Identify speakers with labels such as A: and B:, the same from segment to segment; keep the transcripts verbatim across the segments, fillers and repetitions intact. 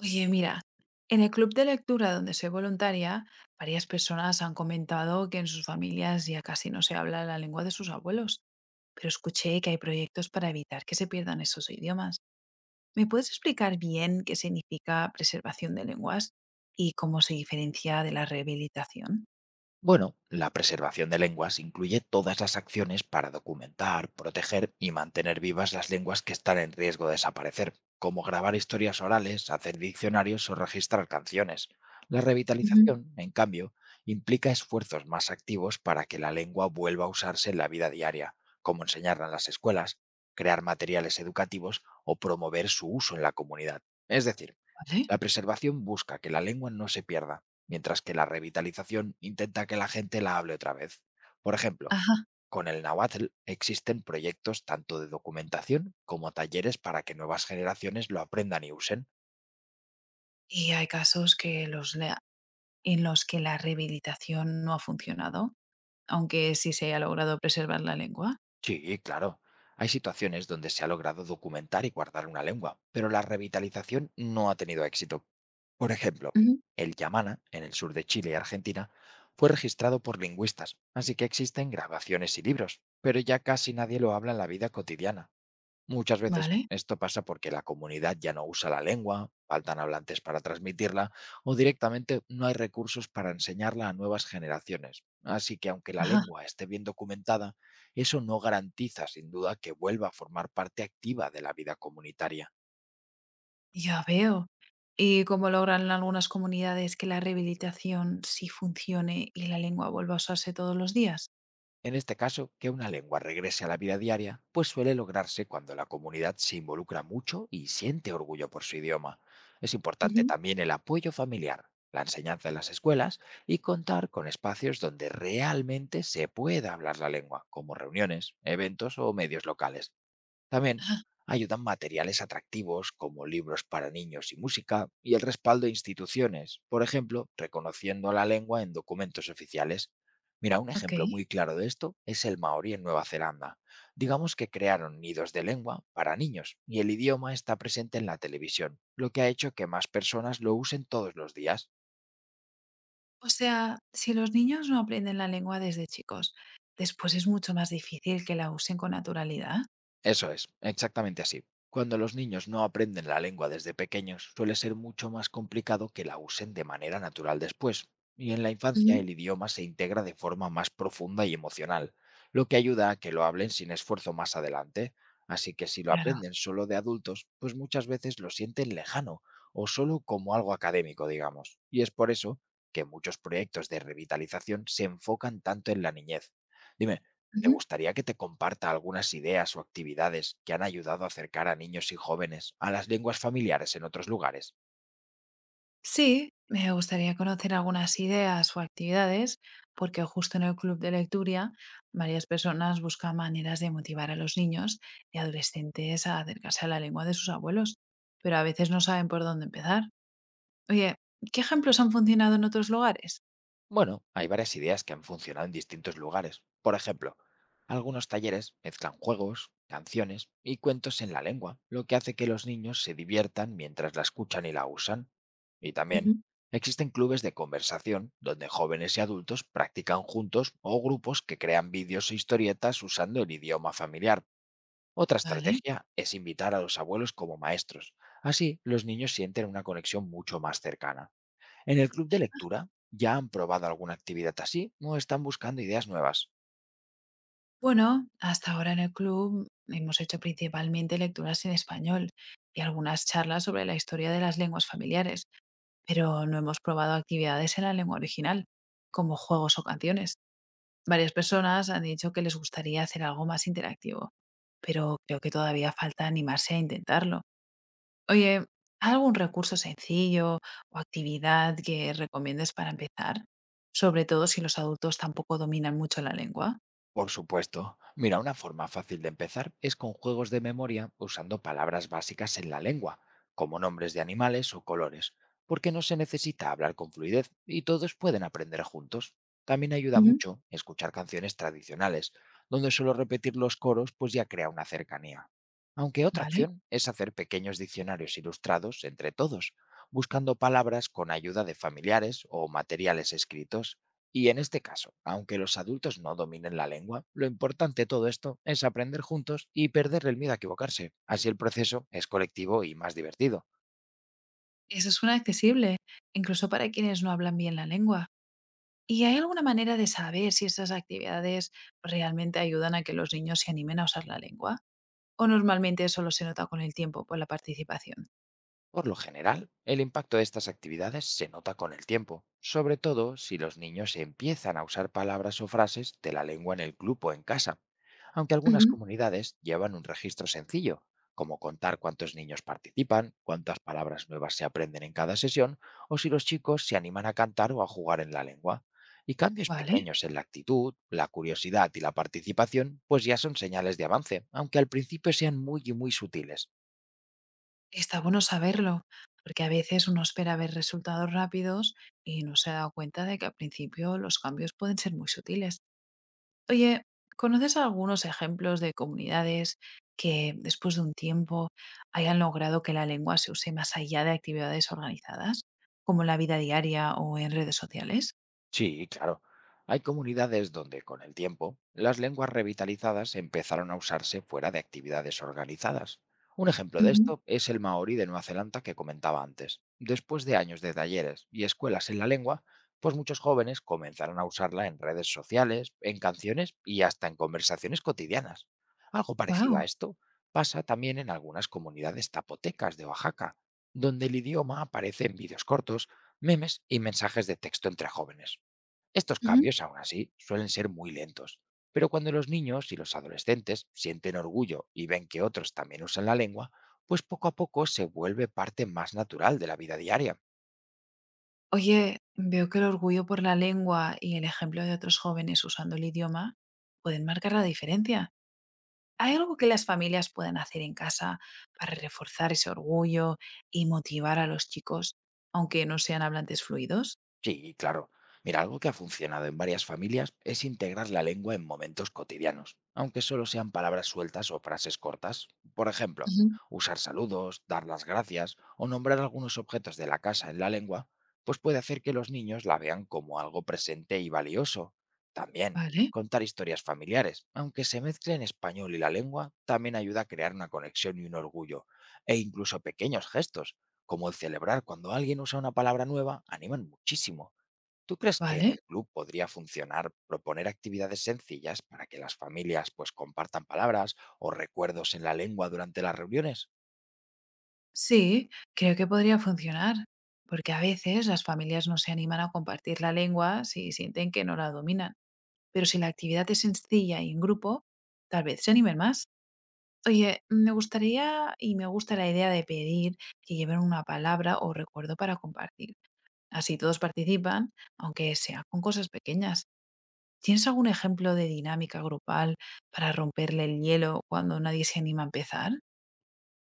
A: Oye, mira, en el club de lectura donde soy voluntaria, varias personas han comentado que en sus familias ya casi no se habla la lengua de sus abuelos, pero escuché que hay proyectos para evitar que se pierdan esos idiomas. ¿Me puedes explicar bien qué significa preservación de lenguas y cómo se diferencia de la rehabilitación?
B: Bueno, la preservación de lenguas incluye todas las acciones para documentar, proteger y mantener vivas las lenguas que están en riesgo de desaparecer, como grabar historias orales, hacer diccionarios o registrar canciones. La
A: Ujú.
B: revitalización, en cambio, implica esfuerzos más activos para que la lengua vuelva a usarse en la vida diaria, como enseñarla en las escuelas, crear materiales educativos o promover su uso en la comunidad. Es decir,
A: ¿Vale?
B: la preservación busca que la lengua no se pierda mientras que la revitalización intenta que la gente la hable otra vez. Por ejemplo,
A: Ajá.
B: con el náhuatl existen proyectos tanto de documentación como talleres para que nuevas generaciones lo aprendan y usen.
A: Y hay casos que los lea- en los que la rehabilitación no ha funcionado, aunque sí se haya logrado preservar la lengua.
B: Sí, claro. Hay situaciones donde se ha logrado documentar y guardar una lengua, pero la revitalización no ha tenido éxito. Por ejemplo,
A: Ujú.
B: el yamana, en el sur de Chile y Argentina, fue registrado por lingüistas, así que existen grabaciones y libros, pero ya casi nadie lo habla en la vida cotidiana. Muchas veces
A: ¿Vale?
B: esto pasa porque la comunidad ya no usa la lengua, faltan hablantes para transmitirla o directamente no hay recursos para enseñarla a nuevas generaciones. Así que aunque la
A: Ajá.
B: lengua esté bien documentada, eso no garantiza sin duda que vuelva a formar parte activa de la vida comunitaria.
A: Ya veo. ¿Y cómo logran algunas comunidades que la rehabilitación sí funcione y la lengua vuelva a usarse todos los días?
B: En este caso, que una lengua regrese a la vida diaria, pues suele lograrse cuando la comunidad se involucra mucho y siente orgullo por su idioma. Es importante
A: Ujú.
B: también el apoyo familiar, la enseñanza en las escuelas y contar con espacios donde realmente se pueda hablar la lengua, como reuniones, eventos o medios locales. También
A: Ah,
B: ayudan materiales atractivos como libros para niños y música y el respaldo de instituciones, por ejemplo, reconociendo la lengua en documentos oficiales. Mira, un
A: ok.
B: ejemplo muy claro de esto es el maorí en Nueva Zelanda. Digamos que crearon nidos de lengua para niños y el idioma está presente en la televisión, lo que ha hecho que más personas lo usen todos los días.
A: O sea, si los niños no aprenden la lengua desde chicos, después es mucho más difícil que la usen con naturalidad.
B: Eso es, exactamente así. Cuando los niños no aprenden la lengua desde pequeños, suele ser mucho más complicado que la usen de manera natural después. Y en la infancia
A: Ujú.
B: el idioma se integra de forma más profunda y emocional, lo que ayuda a que lo hablen sin esfuerzo más adelante. Así que si lo
A: Claro.
B: aprenden solo de adultos, pues muchas veces lo sienten lejano o solo como algo académico, digamos. Y es por eso que muchos proyectos de revitalización se enfocan tanto en la niñez. Dime, ¿te
A: Ujú.
B: gustaría que te comparta algunas ideas o actividades que han ayudado a acercar a niños y jóvenes a las lenguas familiares en otros lugares?
A: Sí, me gustaría conocer algunas ideas o actividades, porque justo en el club de lectura varias personas buscan maneras de motivar a los niños y adolescentes a acercarse a la lengua de sus abuelos, pero a veces no saben por dónde empezar. Oye, ¿qué ejemplos han funcionado en otros lugares?
B: Bueno, hay varias ideas que han funcionado en distintos lugares. Por ejemplo, algunos talleres mezclan juegos, canciones y cuentos en la lengua, lo que hace que los niños se diviertan mientras la escuchan y la usan. Y también
A: Ujú.
B: existen clubes de conversación donde jóvenes y adultos practican juntos o grupos que crean vídeos e historietas usando el idioma familiar. Otra
A: Vale.
B: estrategia es invitar a los abuelos como maestros. Así, los niños sienten una conexión mucho más cercana. En el club de lectura, ¿ya han probado alguna actividad así o están buscando ideas nuevas?
A: Bueno, hasta ahora en el club hemos hecho principalmente lecturas en español y algunas charlas sobre la historia de las lenguas familiares, pero no hemos probado actividades en la lengua original, como juegos o canciones. Varias personas han dicho que les gustaría hacer algo más interactivo, pero creo que todavía falta animarse a intentarlo. Oye, ¿algún recurso sencillo o actividad que recomiendes para empezar? Sobre todo si los adultos tampoco dominan mucho la lengua.
B: Por supuesto. Mira, una forma fácil de empezar es con juegos de memoria usando palabras básicas en la lengua, como nombres de animales o colores, porque no se necesita hablar con fluidez y todos pueden aprender juntos. También ayuda
A: Ujú.
B: mucho escuchar canciones tradicionales, donde solo repetir los coros pues ya crea una cercanía. Aunque otra
A: ¿Vale?
B: opción es hacer pequeños diccionarios ilustrados entre todos, buscando palabras con ayuda de familiares o materiales escritos. Y en este caso, aunque los adultos no dominen la lengua, lo importante de todo esto es aprender juntos y perder el miedo a equivocarse. Así el proceso es colectivo y más divertido.
A: Eso es una accesible, incluso para quienes no hablan bien la lengua. ¿Y hay alguna manera de saber si estas actividades realmente ayudan a que los niños se animen a usar la lengua? ¿O normalmente solo se nota con el tiempo por la participación?
B: Por lo general, el impacto de estas actividades se nota con el tiempo, sobre todo si los niños empiezan a usar palabras o frases de la lengua en el club o en casa, aunque algunas
A: Ujú.
B: comunidades llevan un registro sencillo, como contar cuántos niños participan, cuántas palabras nuevas se aprenden en cada sesión, o si los chicos se animan a cantar o a jugar en la lengua. Y cambios
A: Vale,
B: pequeños en la actitud, la curiosidad y la participación, pues ya son señales de avance, aunque al principio sean muy y muy sutiles.
A: está bueno saberlo, porque a veces uno espera ver resultados rápidos y no se da cuenta de que al principio los cambios pueden ser muy sutiles. Oye, ¿conoces algunos ejemplos de comunidades que después de un tiempo hayan logrado que la lengua se use más allá de actividades organizadas, como en la vida diaria o en redes sociales?
B: Sí, claro. Hay comunidades donde, con el tiempo, las lenguas revitalizadas empezaron a usarse fuera de actividades organizadas. Un ejemplo de esto es el maori de Nueva Zelanda que comentaba antes. Después de años de talleres y escuelas en la lengua, pues muchos jóvenes comenzaron a usarla en redes sociales, en canciones y hasta en conversaciones cotidianas. Algo parecido
A: ¡Wow!
B: a esto pasa también en algunas comunidades tapotecas de Oaxaca, donde el idioma aparece en vídeos cortos, memes y mensajes de texto entre jóvenes. Estos cambios, aún así, suelen ser muy lentos, pero cuando los niños y los adolescentes sienten orgullo y ven que otros también usan la lengua, pues poco a poco se vuelve parte más natural de la vida diaria.
A: Oye, veo que el orgullo por la lengua y el ejemplo de otros jóvenes usando el idioma pueden marcar la diferencia. ¿Hay algo que las familias puedan hacer en casa para reforzar ese orgullo y motivar a los chicos, aunque no sean hablantes fluidos?
B: Sí, claro. Mira, algo que ha funcionado en varias familias es integrar la lengua en momentos cotidianos, aunque solo sean palabras sueltas o frases cortas. Por ejemplo,
A: Ujú.
B: usar saludos, dar las gracias o nombrar algunos objetos de la casa en la lengua, pues puede hacer que los niños la vean como algo presente y valioso. También,
A: ¿Vale?
B: contar historias familiares, aunque se mezclen español y la lengua, también ayuda a crear una conexión y un orgullo. E incluso pequeños gestos, como el celebrar cuando alguien usa una palabra nueva, animan muchísimo. ¿Tú crees que en
A: Vale,
B: el club podría funcionar proponer actividades sencillas para que las familias pues compartan palabras o recuerdos en la lengua durante las reuniones?
A: sí, creo que podría funcionar, porque a veces las familias no se animan a compartir la lengua si sienten que no la dominan, pero si la actividad es sencilla y en grupo, tal vez se animen más. Oye, me gustaría y me gusta la idea de pedir que lleven una palabra o recuerdo para compartir. Así todos participan, aunque sea con cosas pequeñas. ¿Tienes algún ejemplo de dinámica grupal para romperle el hielo cuando nadie se anima a empezar?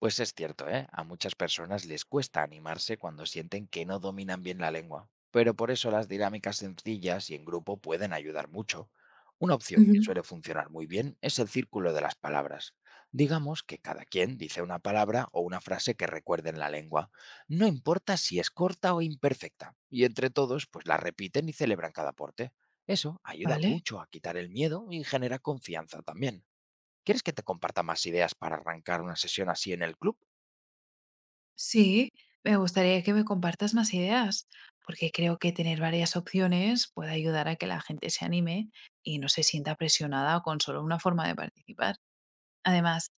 B: Pues es cierto, ¿eh? A muchas personas les cuesta animarse cuando sienten que no dominan bien la lengua, pero por eso las dinámicas sencillas y en grupo pueden ayudar mucho. Una opción
A: Ujú.
B: que suele funcionar muy bien es el círculo de las palabras. Digamos que cada quien dice una palabra o una frase que recuerde en la lengua. No importa si es corta o imperfecta. Y entre todos, pues la repiten y celebran cada aporte. Eso ayuda
A: Vale.
B: mucho a quitar el miedo y genera confianza también. ¿Quieres que te comparta más ideas para arrancar una sesión así en el club?
A: Sí, me gustaría que me compartas más ideas, porque creo que tener varias opciones puede ayudar a que la gente se anime y no se sienta presionada con solo una forma de participar. Además,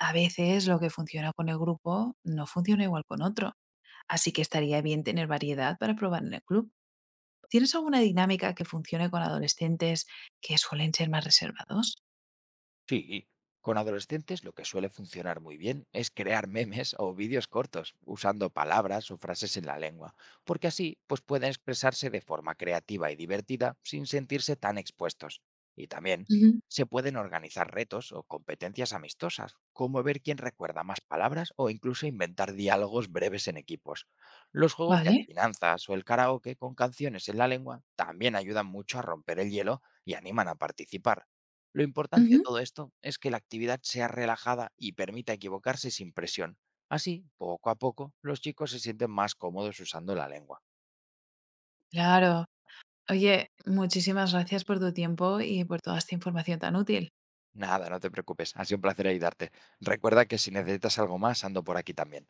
A: a veces lo que funciona con el grupo no funciona igual con otro, así que estaría bien tener variedad para probar en el club. ¿Tienes alguna dinámica que funcione con adolescentes que suelen ser más reservados?
B: Sí, y con adolescentes lo que suele funcionar muy bien es crear memes o vídeos cortos usando palabras o frases en la lengua, porque así pues pueden expresarse de forma creativa y divertida sin sentirse tan expuestos. Y también
A: Ujú.
B: se pueden organizar retos o competencias amistosas, como ver quién recuerda más palabras o incluso inventar diálogos breves en equipos. Los juegos de
A: Vale.
B: adivinanzas o el karaoke con canciones en la lengua también ayudan mucho a romper el hielo y animan a participar. Lo importante de
A: Ujú.
B: todo esto es que la actividad sea relajada y permita equivocarse sin presión. Así, poco a poco, los chicos se sienten más cómodos usando la lengua.
A: Claro. Oye, muchísimas gracias por tu tiempo y por toda esta información tan útil.
B: Nada, no te preocupes, ha sido un placer ayudarte. Recuerda que si necesitas algo más, ando por aquí también.